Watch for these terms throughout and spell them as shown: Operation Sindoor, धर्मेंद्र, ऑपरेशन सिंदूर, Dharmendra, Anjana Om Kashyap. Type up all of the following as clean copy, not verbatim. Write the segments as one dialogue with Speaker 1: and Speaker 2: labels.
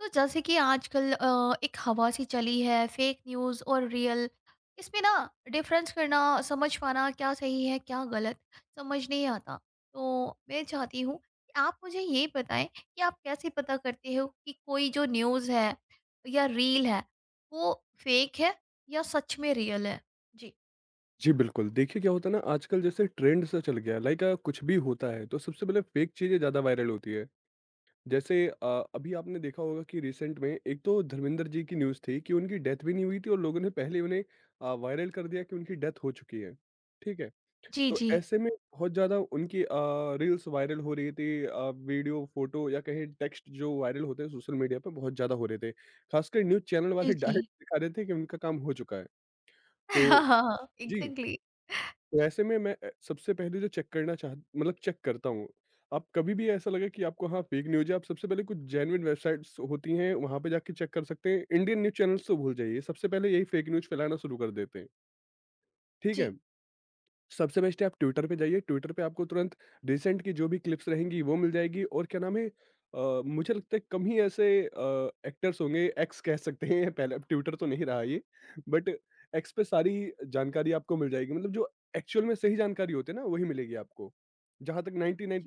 Speaker 1: तो जैसे कि आजकल एक हवा सी चली है fake news और real इसमें ना डिफरेंस करना समझ पाना क्या सही है क्या गलत समझ नहीं आता। तो मैं चाहती हूँ कि आप मुझे ये बताएं कि आप कैसे पता करते हो कि कोई जो न्यूज़ है या रील है वो फेक है या सच में रियल है। जी।
Speaker 2: जी, बिल्कुल। देखिए, क्या होता है ना, आजकल जैसे ट्रेंड सा चल गया है, लाइक कुछ भी होता है तो सबसे पहले फेक चीज़ें ज़्यादा वायरल होती है। जैसे अभी आपने देखा होगा कि रिसेंट में एक तो धर्मेंद्र जी की न्यूज़ थी कि उनकी डेथ भी नहीं हुई थी, और लोगों ने पहले उन्हें वायरल कर दिया कि उनकी डेथ हो चुकी है। ठीक है?
Speaker 1: जी।
Speaker 2: तो
Speaker 1: जी।
Speaker 2: ऐसे में बहुत ज़्यादा उनकी रील्स वायरल हो रही थी, वीडियो, फ़ोटो या कहें टेक्स्ट जो वायरल होते हैं सोशल मीडिया पे बहुत ज़्यादा हो रहे थे। ख़ासकर न्यूज़ चैनल
Speaker 1: जी।
Speaker 2: वाले
Speaker 1: जी।
Speaker 2: डायरेक्ट दिखा रहे थे कि उनका काम हो चुका है।
Speaker 1: हाँ,
Speaker 2: तो,
Speaker 1: हाँ, हाँ,
Speaker 2: जी।
Speaker 1: एग्जैक्टली।
Speaker 2: वैसे में मैं सबसे पहले जो चेक करना चाह मतलब चेक करता हूँ। आप, कभी भी ऐसा लगे कि आपको हाँ, फेक न्यूज़ है, आप सबसे पहले कुछ जेन्युइन वेबसाइट्स होती हैं, वहाँ पे जाके चेक कर सकते हैं। इंडियन न्यूज़ चैनल्स तो भूल जाइए, सबसे पहले यही फेक न्यूज़ फैलाना शुरू कर देते हैं, ठीक
Speaker 1: जी,
Speaker 2: है? सबसे बेस्ट है, आप ट्विटर पे जाइए। ट्विटर पे आपको तुरंत रिसेंट की जो भी क्लिप्स रहेंगी वो मिल जाएगी। और क्या नाम है, मुझे लगता है कम ही ऐसे एक्टर्स होंगे, एक्स कह सकते हैं पहले, अब ट्विटर तो नहीं रहा ये, बट एक्स पे सारी जानकारी आपको मिल जाएगी, मतलब जो एक्चुअल में सही जानकारी होती है ना, वही मिलेगी आपको। जहाँ तक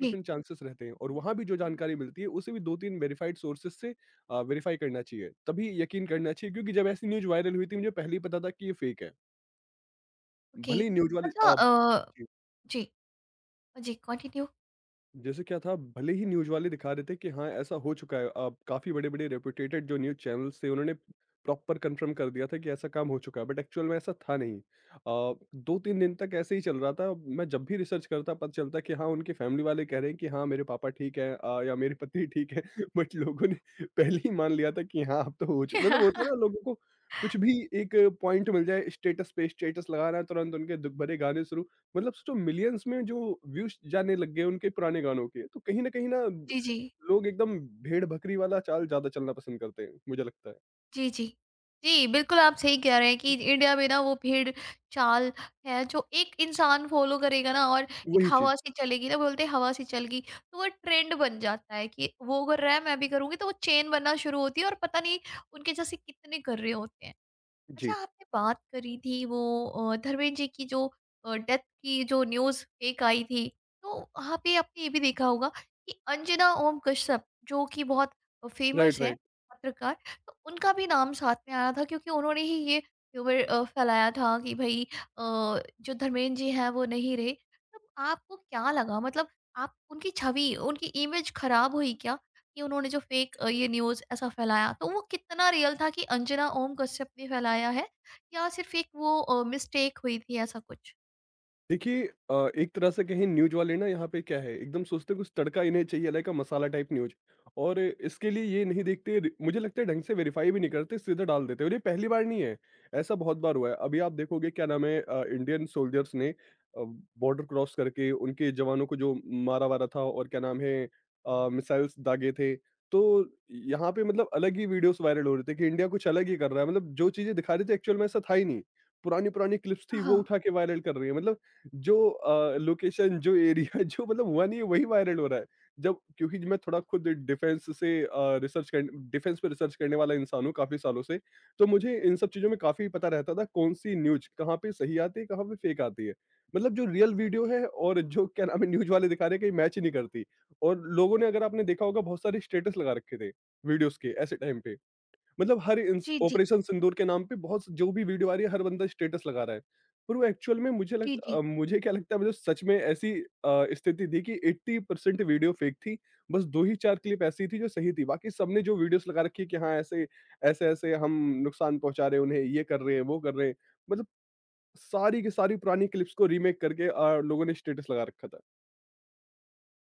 Speaker 1: जी।
Speaker 2: चांसेस रहते हैं। और वहाँ भी जो जानकारी मिलती है उसे भी 2-3 वेरिफाइड सोर्सेज़ से वेरीफाई करना चाहिए, तभी यकीन करना चाहिए, क्योंकि जब ऐसी न्यूज़ वायरल हुई थी, मुझे पहले ही पता था कि ये फेक है।
Speaker 1: ओके।
Speaker 2: भले ही न्यूज़ वाले
Speaker 1: अच्छा।
Speaker 2: जी।
Speaker 1: जी। जी, कंटिन्यू।
Speaker 2: जैसे क्या था, भले ही न्यूज़ वाले दिखा रहे थे कि हाँ, ऐसा हो चुका है। अब काफ़ी बड़े-बड़े रेप्यूटेटेड जो न्यूज़ चैनल्स थे, उन्होंने प्रॉपर कन्फर्म कर दिया था कि ऐसा काम हो चुका है, बट एक्चुअल में ऐसा था नहीं। अ, 2-3 दिन तक ऐसे ही चल रहा था। मैं जब भी रिसर्च करता, पता चलता कि हाँ, उनके फैमिली वाले कह रहे हैं कि हाँ, मेरे पापा ठीक हैं, या मेरी पत्नी ठीक है। बट लोगों ने पहले ही मान लिया था कि हाँ, अब तो हो चु मतलब, होता है ना, लोगों को कुछ भी एक पॉइंट मिल जाए, स्टेटस पे स्टेटस लगा रहा है, तुरंत उनके दुख भरे गाने शुरू। मतलब सोचो, मिलियंस में जो व्यूज जाने लग गए उनके पुराने गानों के, तो कहीं ना कहीं ना,
Speaker 1: जी, जी।
Speaker 2: लोग एकदम भेड़ बकरी वाला चाल ज्यादा चलना पसंद करते हैं, मुझे लगता है,
Speaker 1: जी, जी। जी, बिल्कुल आप सही कह रहे हैं कि इंडिया में ना वो भेड़-चाल है जो एक इंसान फ़ॉलो करेगा ना। और एक
Speaker 2: वही चीज।
Speaker 1: हवा से चलेगी ना, बोलते हैं हवा से चल गई, तो वो ट्रेंड बन जाता है कि वो कर रहा है मैं भी करूँगी, तो वो चेन बनना शुरू होती है और पता नहीं उनके जैसे कितने कर रहे होते हैं। अच्छा,
Speaker 2: जी,
Speaker 1: आपने बात करी थी वो धर्मेंद्र जी की जो डेथ की जो न्यूज़ एक आई थी, तो वहाँ पे आपने ये भी देखा होगा कि अंजना ओम कश्यप जो कि बहुत
Speaker 2: राइट,
Speaker 1: फेमस हैं
Speaker 2: राइट।
Speaker 1: पत्रकार, तो उनका भी नाम साथ में आया था क्योंकि उन्होंने ही ये र्यूमर फैलाया था कि भई अ, जो धर्मेंद्र जी हैं वो नहीं रहे। तब आपको क्या लगा? मतलब आप उनकी छवि, उनकी इमेज खराब हुई क्या? कि उन्होंने जो फेक ये न्यूज़ ऐसा फैलाया, तो वो कितना रियल था कि अंजना ओम कश्यप ने फैलाया है या सिर्फ एक वो मिस्टेक हुई थी, ऐसा कुछ?
Speaker 2: देखिए, एक तरह से कहें, न्यूज़ वाले ना यहाँ पे क्या है, एकदम सोचते हैं कुछ तड़का इन्हें चाहिए, लाइक मसाला टाइप न्यूज़। और इसके लिए ये नहीं देखते, मुझे लगता है ढंग से वेरीफाई भी नहीं करते, सीधा डाल देते हैं। और ये पहली बार नहीं है, ऐसा बहुत बार हुआ है। अभी आप देखोगे, क्या नाम है, इंडियन सोल्जर्स ने बॉर्डर क्रॉस करके उनके जवानों को जो मारा वारा था, और क्या नाम है, मिसाइल्स दागे थे। तो यहाँ पे मतलब अलग ही वीडियोस वायरल हो रहे थे कि इंडिया कुछ अलग ही कर रहा है, मतलब जो चीजें दिखा रहे थे एक्चुअल में ऐसा था ही नहीं। पुरानी पुरानी क्लिप्स थी,
Speaker 1: हाँ।
Speaker 2: वो उठा के वायरल कर रही है, मतलब जो लोकेशन, जो एरिया, जो मतलब हुआ नहीं है, वही वायरल हो रहा है। जब, क्योंकि मैं थोड़ा खुद डिफेंस से रिसर्च कर डिफेंस पे रिसर्च करने वाला इंसान हूँ काफ़ी सालों से, तो मुझे इन सब चीज़ों में काफ़ी पता रहता था, कौन-सी न्यूज़ कहाँ पे सही आती है, कहाँ पे फेक आती है। मतलब जो रियल वीडियो है और जो, क्या नाम है, न्यूज़ वाले दिखा रहे हैं, कहीं मैच ही नहीं करती। और लोगों ने, अगर आपने देखा होगा, बहुत सारे स्टेटस लगा रखे थे वीडियोज़ के ऐसे टाइम पे। मतलब हर इंस
Speaker 1: जी, जी।
Speaker 2: ऑपरेशन सिंदूर के नाम पे बहुत जो भी वीडियो आ रही है, हर बंदा स्टेटस लगा रहा है। पर वो एक्चुअल में
Speaker 1: जी, जी।
Speaker 2: मुझे क्या लगता है, मतलब सच में ऐसी स्थिति थी कि 80% वीडियो फेक थी। बस 2 ही 4 क्लिप ऐसी थी जो सही थी। बाकी सबने जो वीडियोज़ लगा रखी है कि हाँ, ऐसे-ऐसे हम नुकसान पहुँचा रहे हैं उन्हें, ये कर रहे हैं, वो कर रहे हैं। मतलब सारी की सारी पुरानी क्लिप्स को रीमेक करके लोगों ने स्टेटस लगा रखा था।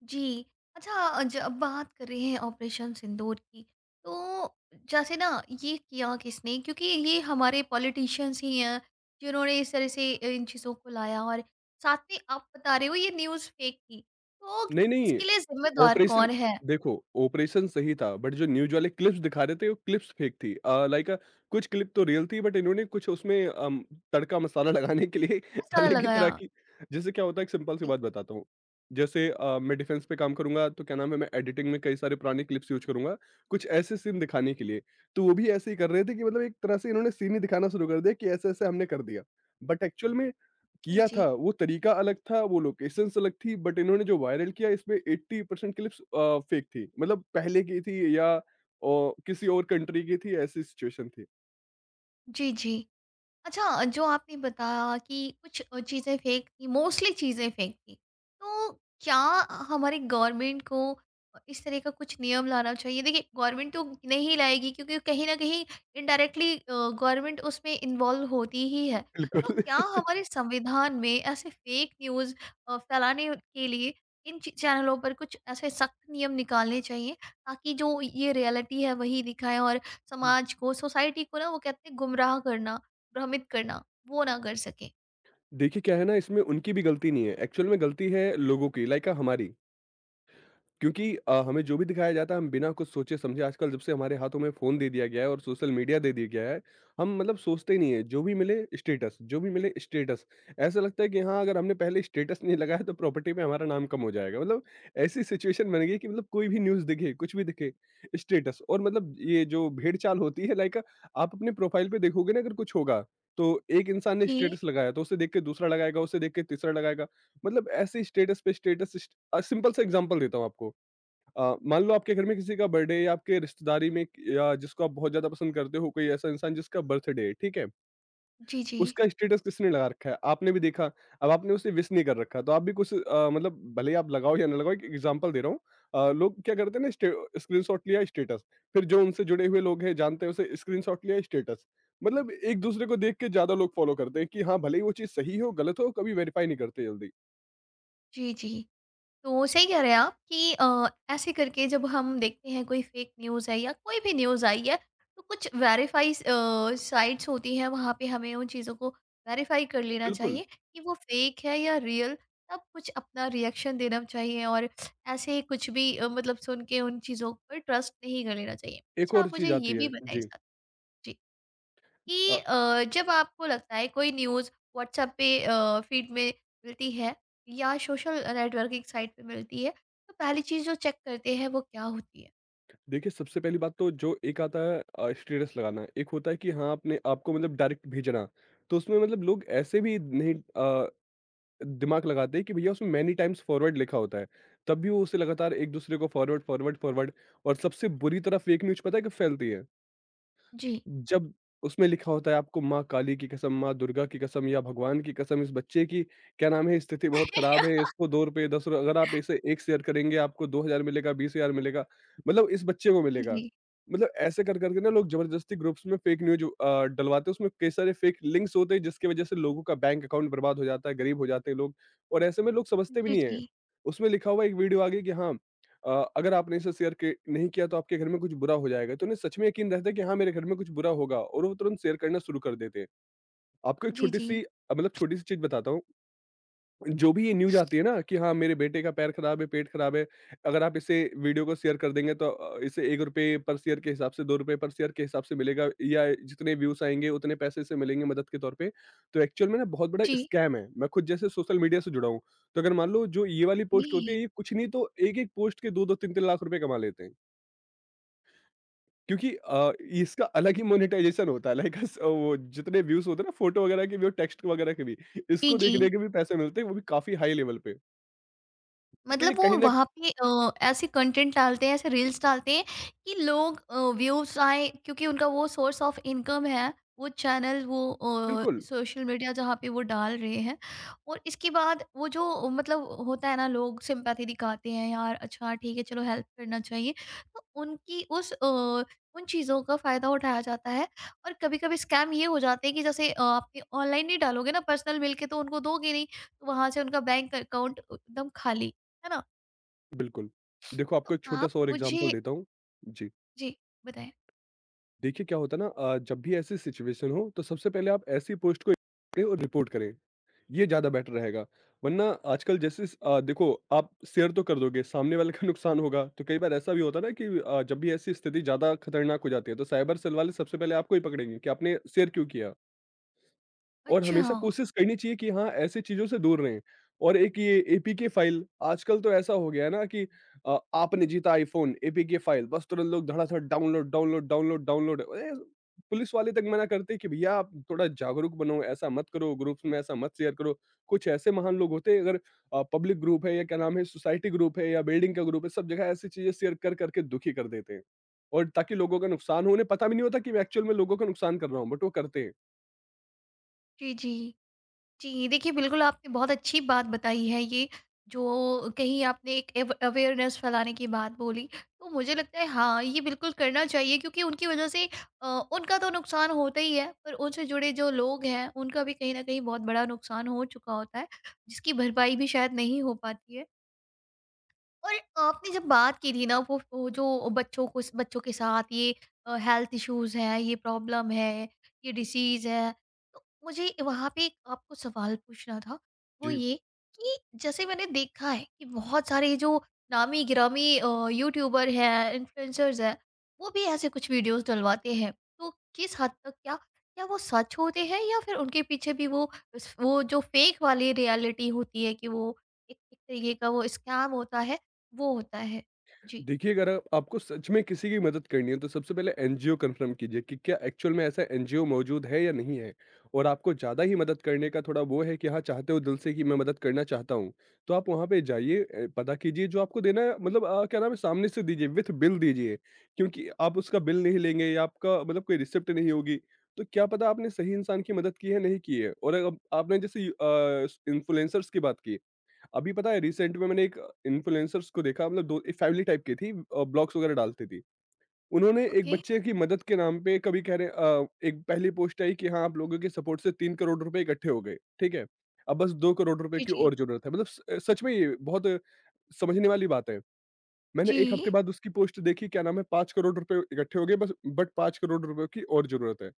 Speaker 1: जी। अच्छा, जब अब बात कर रहे हैं ऑपरेशन सिंदूर की, तो जैसे ना ये किया किसने? क्योंकि ये हमारे पॉलिटिशियंस ही हैं जिन्होंने इस तरह से इन चीज़ों को लाया और साथ में आप बता रहे हो ये न्यूज़ फेक थी। तो
Speaker 2: नहीं, नहीं।
Speaker 1: इसके लिए जी। ज़िम्मेदार कौन
Speaker 2: ऑपरेशन
Speaker 1: है?
Speaker 2: देखो, ऑपरेशन सही था, बट जो न्यूज़ वाले क्लिप्स दिखा रहे थे, वो क्लिप्स फेक थी। लाइक कुछ क्लिप तो रियल थी, बट इन्होंने कुछ उसमें तड़का मसाला लगाने के लिए
Speaker 1: क्या सारा
Speaker 2: अलग ही
Speaker 1: लगाया?
Speaker 2: तरह की। जैसे क्या होता है, एक सिंपल सी
Speaker 1: जी,
Speaker 2: बात बताता हूँ। जैसे मैं डिफेंस पे काम करूँगा, तो क्या नाम है, मैं एडिटिंग में कई सारे पुराने क्लिप्स यूज़ करूँगा, कुछ ऐसे सीन दिखाने के लिए। तो वो भी ऐसे ही कर रहे थे कि मतलब एक तरह से इन्होंने सीन ही दिखाना शुरू कर दिया कि ऐसे-ऐसे हमने कर दिया। बट एक्चुअल में
Speaker 1: जी,
Speaker 2: किया
Speaker 1: जी।
Speaker 2: था, वो तरीका अलग था, वो लोकेशंस अलग थी, बट इन्होंने जो वायरल किया इसमें 80% क्लिप्स फेक थी। मतलब पहले की थी या औ किसी और कंट्री की थी, ऐसी सिचुएशन थी।
Speaker 1: जी, जी। अच्छा, जो आपने बताया कि कुछ चीज़ें फेक थी, मोस्टली चीज़ें फेक थी। तो क्या हमारी गवर्नमेंट को इस तरह का कुछ नियम लाना चाहिए? देखिए, गवर्नमेंट तो नहीं लाएगी क्योंकि कहीं न कहीं इनडायरेक्टली गवर्नमेंट उसमें इन्वॉल्व होती ही है।
Speaker 2: बिल्कुल।
Speaker 1: तो क्या
Speaker 2: बिल्कुल।
Speaker 1: हमारे संविधान में ऐसे फेक न्यूज़ फैलाने के लिए इन च चैनलों पर कुछ ऐसे सख्त नियम निकालने चाहिए ताकि जो ये रियलिटी है वही दिखाएँ और समाज को, सोसाइटी को ना वो कहते हैं गुमराह करना, भ्रमित करना, वो ना कर सकें।
Speaker 2: देखिए, क्या है ना, इसमें उनकी भी गलती नहीं है, एक्चुअल में गलती है लोगों की, लाइक हमारी। क्योंकि हमें जो भी दिखाया जाता है, हम बिना कुछ सोचे समझे, आजकल जब से हमारे हाथों में फ़ोन दे दिया गया है और सोशल मीडिया दे दिया गया है, हम मतलब सोचते नहीं है, जो भी मिले स्टेटस, जो भी मिले स्टेटस। ऐसा लगता है कि हाँ, अगर हमने पहले स्टेटस नहीं लगाया तो प्रॉपर्टी में हमारा नाम कम हो जाएगा। मतलब ऐसी सिचुएशन बन गई है कि मतलब कोई भी न्यूज़ दिखे, कुछ भी दिखे, स्टेटस। और मतलब ये जो भेड़-चाल होती है, लाइक, आप अपने प्रोफाइल पे देखोगे ना, अगर कुछ होगा, तो एक इंसान ने
Speaker 1: जी।
Speaker 2: स्टेटस लगाया तो उसे देख के दूसरा लगाएगा, उसे देख के तीसरा लगाएगा। मतलब ऐसे स्टेटस पे स्टेटस, सिंपल सा एग्ज़ाम्पल देता हूँ आपको। मान लो आपके घर में किसी का बर्थडे, या आपके रिश्तेदारी में या जिसको आप बहुत ज्यादा पसंद करते हो, कोई ऐसा इंसान जिसका बर्थडे है, ठीक है।
Speaker 1: जी, जी।
Speaker 2: उसका स्टेटस किसने लगा रखा है आपने भी देखा। अब आपने उसे विश नहीं कर रखा, तो आप भी कुछ, मतलब, भले ही आप लगाओ या ना लगाओ, एक एग्जांपल दे रहा हूँ। लोग क्या करते हैं ना, स्क्रीनशॉट लिया, स्टेटस। फिर जो उनसे जुड़े हुए लोग हैं, जानते हैं उसे, स्क्रीनशॉट लिया, स्टेटस। मतलब एक दूसरे को देख के ज्यादा लोग फॉलो करते हैं कि हाँ, भले ही वो चीज सही हो गलत हो, कभी वेरीफाई नहीं करते जल्दी।
Speaker 1: जी, जी। तो सही कह रहे हैं आप कि ऐसे करके जब हम देखते हैं कोई फ़ेक न्यूज़ है या कोई भी न्यूज़ आई है, तो कुछ वेरीफ़ाई साइट्स होती हैं, वहाँ पे हमें उन चीज़ों को वेरीफ़ाई कर लेना
Speaker 2: बिल्कुल।
Speaker 1: चाहिए कि वो फ़ेक है या रियल, तब कुछ अपना रिएक्शन देना चाहिए और ऐसे कुछ भी मतलब सुन के उन चीज़ों पर ट्रस्ट नहीं कर लेना चाहिए।
Speaker 2: एक
Speaker 1: अच्छा, आप
Speaker 2: और
Speaker 1: मुझे
Speaker 2: चीज
Speaker 1: ये
Speaker 2: आती
Speaker 1: भी
Speaker 2: है।
Speaker 1: बताइए
Speaker 2: जी।
Speaker 1: साथ। जी। कि जब आपको लगता है कोई न्यूज़ व्हाट्सएप पे फ़ीड में मिलती है या सोशल नेटवर्किंग साइट पे मिलती है, तो पहली चीज़ जो चेक करते हैं वो क्या होती है?
Speaker 2: देखिए, सबसे पहली बात तो, जो एक आता है स्टेटस लगाना, एक होता है कि हाँ, आपने आपको मतलब डायरेक्ट भेजना। तो उसमें मतलब लोग ऐसे भी नहीं दिमाग लगाते हैं कि भैया उसमें मैनी टाइम्स फॉरवर्ड लिखा होता है। तब भी वो उसे लगातार एक-दूसरे को फॉरवर्ड, फॉरवर्ड, फॉरवर्ड। और सबसे बुरी तरह फेक न्यूज़ पता है कब फैलती है?
Speaker 1: जी।
Speaker 2: जब उसमें लिखा होता है आपको, माँ काली की कसम, माँ दुर्गा की कसम या भगवान की कसम, इस बच्चे की, क्या नाम है, स्थिति बहुत खराब है, इसको ₹2, ₹10, अगर आप इसे 1 शेयर करेंगे आपको 2000 मिलेगा, 20,000 मिलेगा, मतलब इस बच्चे को
Speaker 1: जी,
Speaker 2: मिलेगा।
Speaker 1: जी।
Speaker 2: मतलब ऐसे कर कर के ना लोग जबरदस्ती ग्रुप्स में फेक न्यूज़ डलवाते हैं, उसमें कई सारे फेक लिंक्स होते हैं, जिसकी वजह से लोगों का बैंक अकाउंट बर्बाद हो जाता है, गरीब हो जाते हैं लोग, और ऐसे में लोग समझते भी
Speaker 1: जी,
Speaker 2: नहीं हैं।
Speaker 1: जी।
Speaker 2: उसमें लिखा हुआ है एक वीडियो आगे कि हाँ, अ, अगर आपने इसे शेयर के नहीं किया तो आपके घर में कुछ बुरा हो जाएगा, तो उन्हें सच में यकीन रहता है कि हाँ, मेरे घर में कुछ बुरा होगा, और वो तुरंत शेयर करना शुरू कर देते हैं। आपको एक
Speaker 1: जी, जी।
Speaker 2: छोटी-सी मतलब छोटी-सी चीज़ बताता हूँ। जो भी ये न्यूज़ आती है ना कि हाँ, मेरे बेटे का पैर खराब है, पेट खराब है, अगर आप इसे वीडियो को शेयर कर देंगे, तो इसे ₹1 पर शेयर के हिसाब से, ₹2 पर शेयर के हिसाब से मिलेगा, या जितने व्यूज़ आएँगे उतने पैसे इसे मिलेंगे मदद के तौर पे। तो एक्चुअल में ना बहुत बड़ा
Speaker 1: जी।
Speaker 2: स्कैम है। मैं खुद जैसे सोशल मीडिया से जुड़ा हूँ, तो अगर मान लो जो ये वाली
Speaker 1: जी,
Speaker 2: पोस्ट होती
Speaker 1: जी।
Speaker 2: है, ये कुछ नहीं तो एक-एक पोस्ट के 2-2 3-3 लाख रुपए कमा लेते हैं। क्योंकि इसका अलग ही मोनेटाइज़ेशन होता है, लाइक अस वो जितने व्यूज़ होते हैं ना, फ़ोटो वगैरह के भी और टेक्स्ट वगैरह के भी,
Speaker 1: जी,
Speaker 2: इसको
Speaker 1: जी।
Speaker 2: देखने के भी पैसे मिलते हैं वो भी काफ़ी हाई लेवल पे। तो ये
Speaker 1: मतलब वो
Speaker 2: कहीं न
Speaker 1: वहाँ पे ऐसे कंटेंट डालते हैं, ऐसे रील्स डालते हैं कि लोग व्यूज़ आएँ क्योंकि उनका वो सोर्स ऑफ इनकम है, वो चैनल, वो
Speaker 2: बिल्कुल,
Speaker 1: सोशल मीडिया जहाँ पे वो डाल रहे हैं। और इसके बाद वो जो मतलब होता है ना लोग सिम्पैथी दिखाते हैं, यार अच्छा ठीक है चलो हेल्प करना चाहिए, तो उनकी उस उन चीज़ों का फ़ायदा उठाया जाता है। और कभी-कभी स्कैम ये हो जाते हैं कि जैसे आपने ऑनलाइन नहीं डालोगे ना पर्सनल मिल के तो उनको दोगे नहीं, तो वहाँ से उनका बैंक अकाउंट एकदम खाली। है ना?
Speaker 2: बिल्कुल। देखो
Speaker 1: तो
Speaker 2: आपको एक
Speaker 1: आप
Speaker 2: छोटा-सा और
Speaker 1: मुझे
Speaker 2: एग्ज़ाम्पल देता हूँ। जी,
Speaker 1: जी, बताएँ।
Speaker 2: देखिए क्या होता है ना, जब भी ऐसी सिचुएशन हो तो सबसे पहले आप ऐसी पोस्ट को करें और रिपोर्ट करें, ये ज़्यादा बेटर रहेगा। वरना आजकल जैसे देखो आप शेयर तो कर दोगे, सामने वाले का नुकसान होगा। तो कई बार ऐसा भी होता है ना कि जब भी ऐसी स्थिति ज़्यादा खतरनाक हो जाती है तो साइबर सेल वाले सबसे पहले आपको ही पकड़ेंगे कि आपने शेयर क्यों किया? और
Speaker 1: अच्छा,
Speaker 2: हमेशा कोशिश करनी चाहिए कि हाँ, ऐसी चीज़ों से दूर रहें। और एक ये एपीके फाइल आजकल तो ऐसा हो गया है ना कि आपने जीता आईफ़ोन, एपीके फाइल बस तुरंत लोग धड़ाधड़ डाउनलोड, डाउनलोड, डाउनलोड, डाउनलोड अरे! पुलिस वाले तक मना करते हैं कि भैया आप थोड़ा जागरूक बनो, ऐसा मत करो, ग्रुप्स में ऐसा मत शेयर करो। कुछ ऐसे महान लोग होते हैं अगर पब्लिक ग्रुप है या क्या नाम है, सोसाइटी ग्रुप है या बिल्डिंग का ग्रुप है, सब जगह ऐसी चीज़ें शेयर कर कर के दुखी कर देते हैं। और ताकि लोगों का नुकसान हो, उन्हें पता भी नहीं होता कि मैं एक्चुअल में लोगों का नुकसान कर रहा हूँ, बट वो करते हैं।
Speaker 1: जी, जी। जी, देखिए बिल्कुल आपने बहुत अच्छी बात बताई है ये, जो कहीं आपने एक एव अवेयरनेस फैलाने की बात बोली। तो मुझे लगता है हाँ, ये बिल्कुल करना चाहिए क्योंकि उनकी वजह से अ, उनका तो नुकसान होता ही है, पर उनसे जुड़े जो लोग हैं, उनका भी कहीं न कहीं बहुत बड़ा नुकसान हो चुका होता है, जिसकी भरपाई भी शायद नहीं हो पाती है। और आपने जब बात की थी ना वो जो बच्चों को बच्चों के साथ ये हेल्थ इश्यूज है, ये प्रॉब्लम है, ये डिसीज है, तो मुझे वहाँ पे एक आपको सवाल पूछना था वो
Speaker 2: जी।
Speaker 1: ये कि जैसे मैंने देखा है कि बहुत सारे जो नामी गिरामी यूट्यूबर हैं, इन्फ्लुएंसर्स हैं, वो भी ऐसे कुछ वीडियोस डलवाते हैं, तो किस हद तक क्या क्या वो सच होते हैं या फिर उनके पीछे भी वो जो फेक वाली रियलिटी होती है कि वो एक एक तरीके का वो स्कैम होता है, वो होता है। जी।
Speaker 2: देखिए, अगर आप आपको सच में किसी की मदद करनी है, तो सबसे पहले एनजीओ कन्फर्म कीजिए कि क्या एक्चुअल में ऐसा एनजीओ मौजूद है या नहीं है। और आपको ज़्यादा ही मदद करने का थोड़ा वो है कि हाँ, चाहते हो दिल से कि मैं मदद करना चाहता हूँ, तो आप वहाँ पे जाइए, पता कीजिए जो आपको देना है, मतलब, क्या नाम है, सामने से दीजिए, विथ बिल दीजिए, क्योंकि आप उसका बिल नहीं लेंगे या आपका, मतलब, कोई रिसिप्ट नहीं होगी, तो क्या पता आपने सही इंसान की मदद की है, नहीं की है। आपने जैसे इन्फ्लुएंसर्स की बात की। अभी पता है रिसेंट में मैंने एक इन्फ्लुएंसर्स को देखा, मतलब दो, एक फैमिली टाइप की थी, ब्लॉग्स वगैरह डालती थी। उन्होंने एक
Speaker 1: ओके।
Speaker 2: बच्चे की मदद के नाम पे कभी कह रहे, एक पहली पोस्ट आई कि हाँ, आप लोगों के सपोर्ट से 3 करोड़ रुपए इकट्ठे हो गए, ठीक है, अब बस 2 करोड़ रुपए
Speaker 1: जी,
Speaker 2: की
Speaker 1: जी।
Speaker 2: और जरूरत है, मतलब सच में ये बहुत समझने वाली बात है। मैंने एक हफ्ते
Speaker 1: जी।
Speaker 2: बाद उसकी पोस्ट देखी, क्या नाम है, 5 करोड़ रुपए इकट्ठे हो गए बस, बट 5 करोड़ रुपए की और जरूरत है।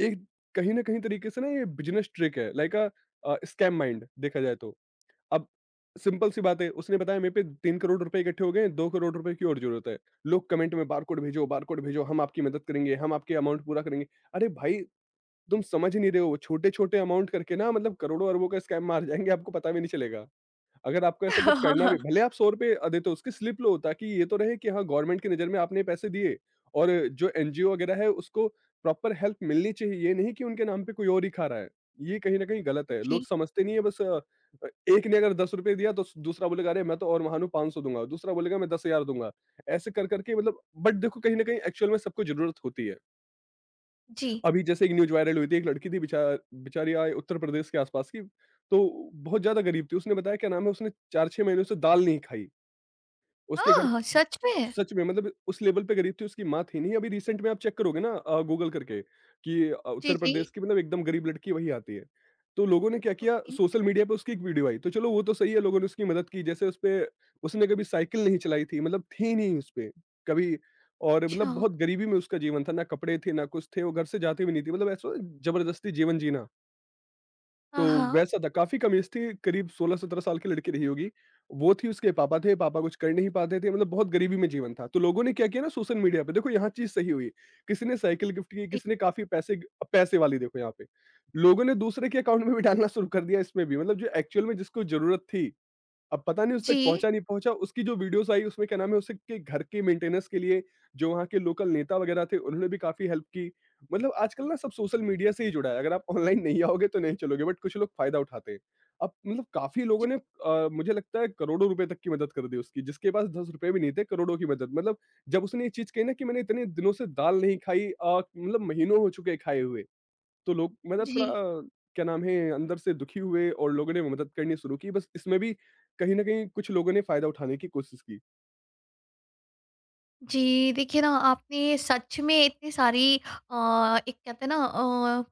Speaker 2: एक कहीं ना कहीं तरीके से ना ये बिजनेस ट्रिक है, लाइक स्कैम माइंड देखा जाए तो। अब सिंपल सी बात है, उसने बताया मेरे पे 3 करोड़ रुपए इकट्ठे हो गए हैं, 2 करोड़ रुपए की और ज़रूरत है। लोग कमेंट में बारकोड भेजो, हम आपकी मदद करेंगे, हम आपके अमाउंट पूरा करेंगे। अरे भाई, तुम समझ ही नहीं रहे हो, छोटे-छोटे अमाउंट करके ना, मतलब, करोड़ों-अरबों का स्कैम मार जाएँगे, आपको पता भी नहीं चलेगा। अगर आपको ऐसा कुछ करना भी, भले आप ₹100 देते हो, उसकी स्लिप लो ताकि ये तो रहे कि हाँ, गवर्नमेंट की नज़र में आपने पैसे दिए। और जो एनजीओ वगैरह है, उसको प्रॉपर हेल्प मिलनी चाहिए। ये नहीं कि उनके नाम पे कोई और ही खा रहा है। ये कहीं न कहीं गलत है। लोग
Speaker 1: जी,
Speaker 2: समझते नहीं है बस, एक ने अगर ₹10 दिया तो स दूसरा बोलेगा अरे मैं तो और महानु 500 दूँगा, दूसरा बोलेगा मैं 10,000 दूँगा। ऐसे कर-कर के, मतलब, बट देखो कहीं न कहीं एक्चुअल में सबको ज़रूरत होती है।
Speaker 1: जी।
Speaker 2: अभी जैसे एक न्यूज़ वायरल हुई थी, एक लड़की थी, बिचा बेचारी, आए उत्तर प्रदेश के आसपास की, तो बहुत ज़्यादा गरीब थी। उसने बताया क्या नाम है, उसने 4-6 महीनों से दाल नहीं खाई। उसके घर
Speaker 1: ओह! सच में?
Speaker 2: सच में, मतलब, उस लेवल पे गरीब थी, उसकी माँ थी नहीं। अभी रिसेंट में आप चेक करोगे ना, गूगल करके कि
Speaker 1: जी,
Speaker 2: उत्तर
Speaker 1: जी।
Speaker 2: प्रदेश की, मतलब, एकदम गरीब लड़की वही आती है। तो लोगों ने क्या किया,
Speaker 1: ओके।
Speaker 2: सोशल मीडिया पे उसकी एक वीडियो आई। तो चलो वो तो सही है, लोगों ने उसकी मदद की। जैसे उसपे उसने कभी साइकिल नहीं चलाई थी, मतलब थी नहीं उसपे कभी, और,
Speaker 1: अच्छा।
Speaker 2: मतलब, बहुत गरीबी में उसका जीवन था। ना कपड़े थे, ना कुछ थे, वो घर से जाती भी नहीं थी। मतलब ऐसा जबरदस्ती जीवन जीना। तो
Speaker 1: हाँ, हाँ।
Speaker 2: वैसा था, काफ़ी कम एज थी, करीब 16-17 साल की लड़की रही होगी। वो थी, उसके पापा थे, पापा कुछ कर नहीं पाते थे, मतलब बहुत गरीबी में जीवन था। तो लोगों ने क्या किया ना, सोशल मीडिया पे देखो यहाँ चीज़ सही हुई, किसी ने साइकिल गिफ्ट की,
Speaker 1: जी,
Speaker 2: किसी ने काफ़ी पैसे वाली देखो यहाँ पे। लोगों ने दूसरे के अकाउंट में भी डालना शुरू कर दिया इसमें भी, मतलब जो एक्चुअल में जिसको ज़रूरत थी, अब पता नहीं उस तक
Speaker 1: जी,
Speaker 2: पहुँचा नहीं पहुँचा, उसकी जो वीडियोज़ आई उसमें, क्या नाम है, उसके घर के मेंटेनेंस के लिए जो वहाँ के लोकल नेता वगैरह थे उन्होंने भी काफ़ी हेल्प की। मतलब आजकल ना सब सोशल मीडिया से ही जुड़ा है, अगर आप ऑनलाइन नहीं आओगे तो नहीं चलोगे, बट कुछ लोग फ़ायदा उठाते हैं। अब, मतलब, काफ़ी लोगों ने मुझे लगता है करोड़ों रुपए तक की मदद कर दी उसकी, जिसके पास ₹10 भी नहीं थे, करोड़ों की मदद, मतलब, जब उसने ये चीज़ कही ना कि मैंने इतने दिनों से दाल नहीं खाई, मतलब महीनों हो चुके हैं खाए हुए। तो लोग, मतलब,
Speaker 1: जी, जी।
Speaker 2: थोड़ा क्या नाम है अंदर से दुखी हुए और लोगों ने मदद करनी शुरू की बस। इसमें भी कहीं ना कहीं कुछ लोगों ने फायदा उठाने की कोशिश की।
Speaker 1: जी, देखिए ना आपने सच में इतनी सारी एक कहते हैं ना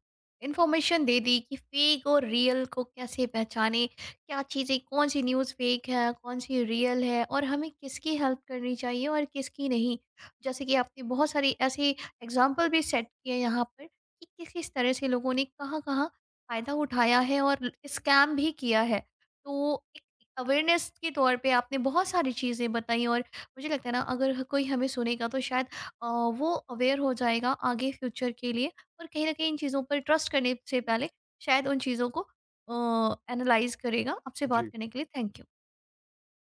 Speaker 1: इन्फॉर्मेशन दे दी कि फेक और रियल को कैसे पहचानें, क्या चीज़ें कौन सी न्यूज़ फेक है, कौन सी रियल है और हमें किसकी हेल्प करनी चाहिए और किसकी नहीं। जैसे कि आपने बहुत सारी ऐसी एग्ज़ाम्पल भी सेट किए यहाँ पर कि किस-किस तरह से लोगों ने कहाँ-कहाँ फ़ायदा उठाया है और स्कैम भी किया है। तो एक अवेयरनेस के तौर पे आपने बहुत सारी चीज़ें बताई और मुझे लगता है ना अगर कोई हमें सुनेगा तो शायद वो अवेयर हो जाएगा आगे फ्यूचर के लिए और कहीं ना कहीं इन चीज़ों पर ट्रस्ट करने से पहले शायद उन चीज़ों को एनालाइज करेगा। आपसे बात
Speaker 2: जी।
Speaker 1: करने के लिए थैंक यू।